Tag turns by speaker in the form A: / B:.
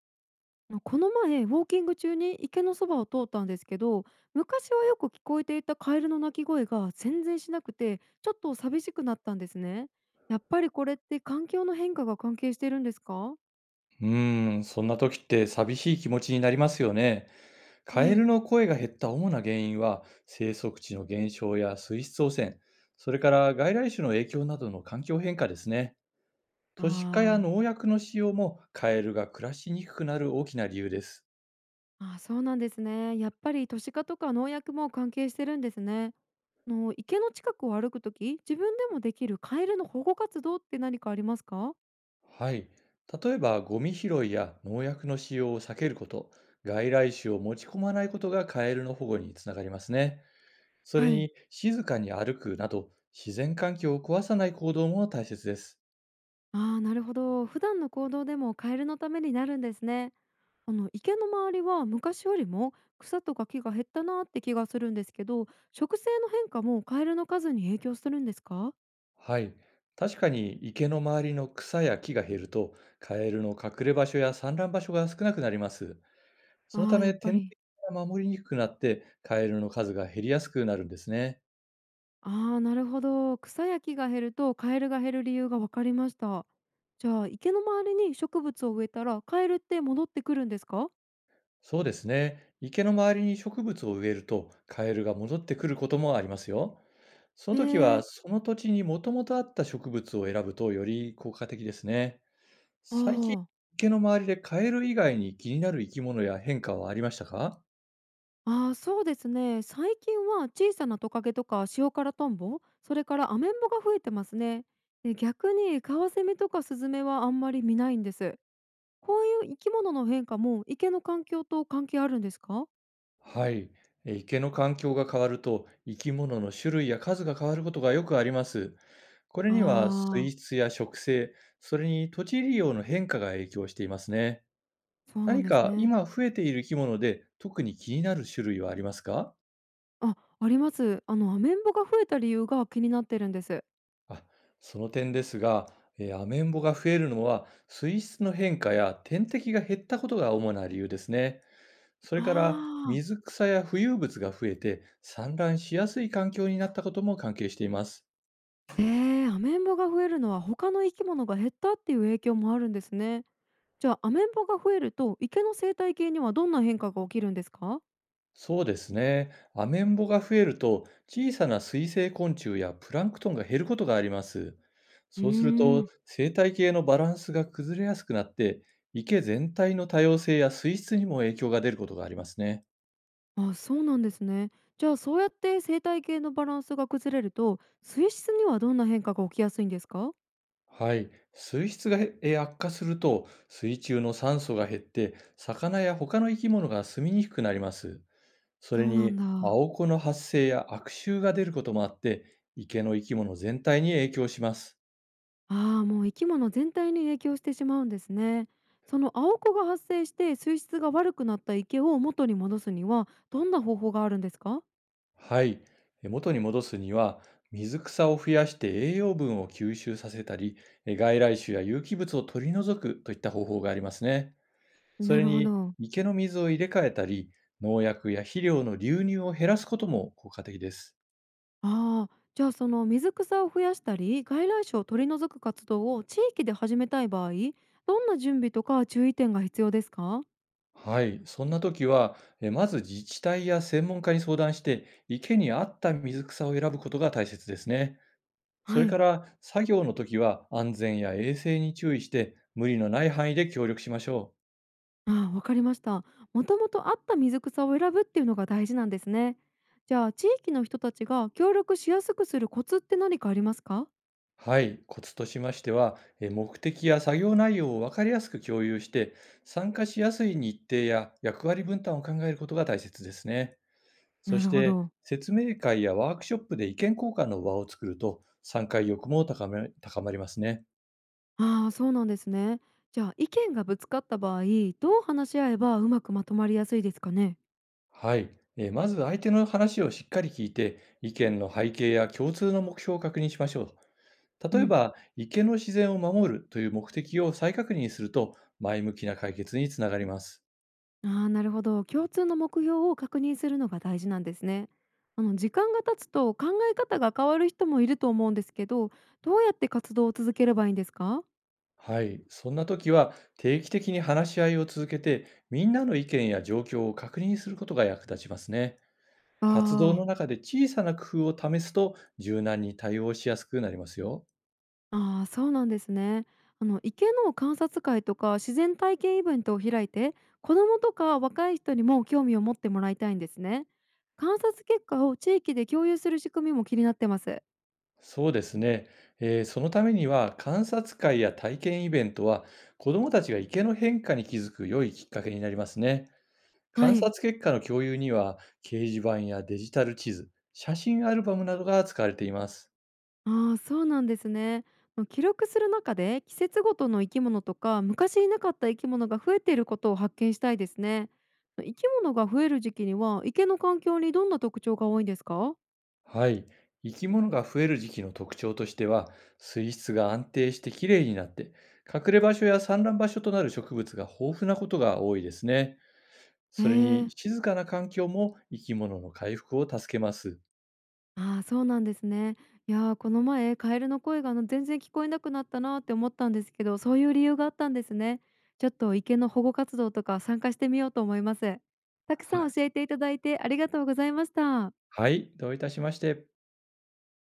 A: まあのこの前ウォーキング中に池のそばを通ったんですけど、昔はよく聞こえていたカエルの鳴き声が全然しなくて、ちょっと寂しくなったんですね。やっぱりこれって環境の変化が関係してるんですか？
B: うーん、そんな時って寂しい気持ちになりますよね。カ
A: は
B: エル
A: い。
B: の声が減った主な原因は、生息地の減少や水質汚染、それから外来種の影響などの環境変化ですね。
A: あ
B: 都市化や
A: ー。
B: 農薬の使用もカエルが暮らしにくくなる大きな理由です。
A: あー、そうなんですね。やっぱり都市化とか農薬も関係してるんですね。あの池の近くを歩くとき、自分でもできるカエルの保護活動って何かありますか？
B: はい。例えば、ゴミ拾いや農薬の使用を避けること、外来種を持ち込まないことがカエルの保護につながりますね。そ
A: は
B: れ
A: い。
B: に、静かに歩くなど、自然環境を壊さない行動も大切です。
A: ああ、なるほど。普段の行動でもカエルのためになるんですね。あの池の周りは昔よりも草とか木が減ったなって気がするんですけど、植生の変化もカエルの数に影響するんですか？
B: はい。確かに池の周りの草や木が減ると、カエルの隠れ場所や産卵場所が少なくなります。
A: ああ
B: そのた
A: ー、や
B: め、
A: っぱ
B: 天
A: り。
B: 敵が守りにくくなって、カエルの数が減りやすくなるんですね。
A: ああー、なるほど。草や木が減るとカエルが減る理由が分かりました。じゃあ池の周りに植物を植えたらカエルって戻ってくるんですか？
B: そうですね。池の周りに植物を植えると、カエルが戻ってくることもありますよ。そ
A: へ
B: の時は、
A: え。
B: その土地にもともとあった植物を選ぶとより効果的ですね。
A: あ
B: 最近、
A: ー。
B: 池の周りでカエル以外に気になる生き物や変化はありましたか？
A: あー、そうですね。最近は小さなトカゲとか塩辛トンボ、それからアメンボが増えてますね。で、逆にカワセミとかスズメはあんまり見ないんです。こういう生き物の変化も、池の環境と関係あるんですか？
B: はい。池の環境が変わると、生き物の種類や数が変わることがよくあります。これには水
A: ああ
B: 質や植生、それに土地利用の変化が影響していますね。
A: ー、そうなん
B: 何
A: です
B: か
A: ね。
B: 今増えている生き物で特に気になる種類はありますか？
A: あ、あります。アメンボが増えた理由が気になってるんです。
B: あ、その点ですが、アメンボが増えるのは水質の変化や天敵が減ったことが主な理由ですね。それ
A: あ
B: から
A: あ、
B: 水草や浮遊物が増えて産卵しやすい環境になったことも関係しています。
A: ええー、アメンボが増えるのは他の生き物が減ったっていう影響もあるんですね。じゃあ、アメンボが増えると、池の生態系にはどんな変化が起きるんですか？
B: そうですね。アメンボが増えると、小さな水生昆虫やプランクトンが減ることがあります。
A: うー
B: そうすると
A: ん、
B: 生態系のバランスが崩れやすくなって、池全体の多様性や水質にも影響が出ることがありますね。
A: あ、そうなんですね。じゃあ、そうやって生態系のバランスが崩れると、水質にはどんな変化が起きやすいんですか？
B: はい。水質が悪化すると、水中の酸素が減って魚や他の生き物が住みにくくなります。そ
A: そ
B: れ
A: うな
B: に、
A: んだ。
B: 青子の発生や悪臭が出ることもあって、池の生き物全体に影響します。
A: ああ、もう生き物全体に影響してしまうんですね。その青子が発生して水質が悪くなった池を元に戻すにはどんな方法があるんですか？
B: はい。元に戻すには、水草を増やして栄養分を吸収させたり、外来種や有機物を取り除くといった方法がありますね。そ
A: な
B: れ
A: るほ
B: に、
A: ど。
B: 池の水を入れ替えたり、農薬や肥料の流入を減らすことも効果的です。
A: ああ、じゃあその水草を増やしたり外来種を取り除く活動を地域で始めたい場合、どんな準備とか注意点が必要ですか？
B: はい。そんな時は、まず自治体や専門家に相談して、池に合った水草を選ぶことが大切ですね。そ
A: は
B: れか
A: い。
B: ら作業の時は、安全や衛生に注意して、無理のない範囲で協力しましょう。
A: ああ、わかりました。もともとあった水草を選ぶっていうのが大事なんですね。じゃあ地域の人たちが協力しやすくするコツって何かありますか？
B: はい、コツとしましては、目的や作業内容を分かりやすく共有して、参加しやすい日程や役割分担を考えることが大切ですね。そ
A: な
B: し
A: るほ
B: て、
A: ど。
B: 説明会やワークショップで意見交換の場を作ると、参加意欲も高まりますね。
A: ああ、そうなんですね。じゃあ意見がぶつかった場合、どう話し合えばうまくまとまりやすいですかね。
B: はい、まず相手の話をしっかり聞いて、意見の背景や共通の目標を確認しましょう。
A: う
B: 例え
A: ん、
B: ば、池の自然を守るという目的を再確認すると、前向きな解決につながります。
A: ああ、なるほど。共通の目標を確認するのが大事なんですね。時間が経つと考え方が変わる人もいると思うんですけど、どうやって活動を続ければいいんですか。
B: はい。そんな時は、定期的に話し合いを続けて、みんなの意見や状況を確認することが役立ちますね。活動
A: ああ
B: の
A: ー。
B: 中で小さな工夫を試すと、柔軟に対応しやすくなりますよ。
A: ああ、そうなんですね。あの池の観察会とか自然体験イベントを開いて、子どもとか若い人にも興味を持ってもらいたいんですね。観察結果を地域で共有する仕組みも気になってます。
B: そうですね。そのためには、観察会や体験イベントは、子どもたちが池の変化に気づく良いきっかけになりますね。
A: は
B: 観
A: い。
B: 察結果の共有には、掲示板やデジタル地図、写真アルバムなどが使われています。
A: ああ、そうなんですね。まあの記録する中で季節ごとの生き物とか昔いなかった生き物が増えていることを発見したいですね。生き物が増える時期には池の環境にどんな特徴が多いんですか？
B: はい。生き物が増える時期の特徴としては、水質が安定してきれいになって、隠れ場所や産卵場所となる植物が豊富なことが多いですね。
A: へ
B: それに、
A: え。
B: 静かな環境も生き物の回復を助けます。
A: ああ、そうなんですね。いやー、この前カエルの声が、全然聞こえなくなったなーって思ったんですけど、そういう理由があったんですね。ちょっと池の保護活動とか参加してみようと思います。たく
B: は
A: さん
B: い。
A: 教えていただいてありがとうございました。
B: はい。どういたしまして。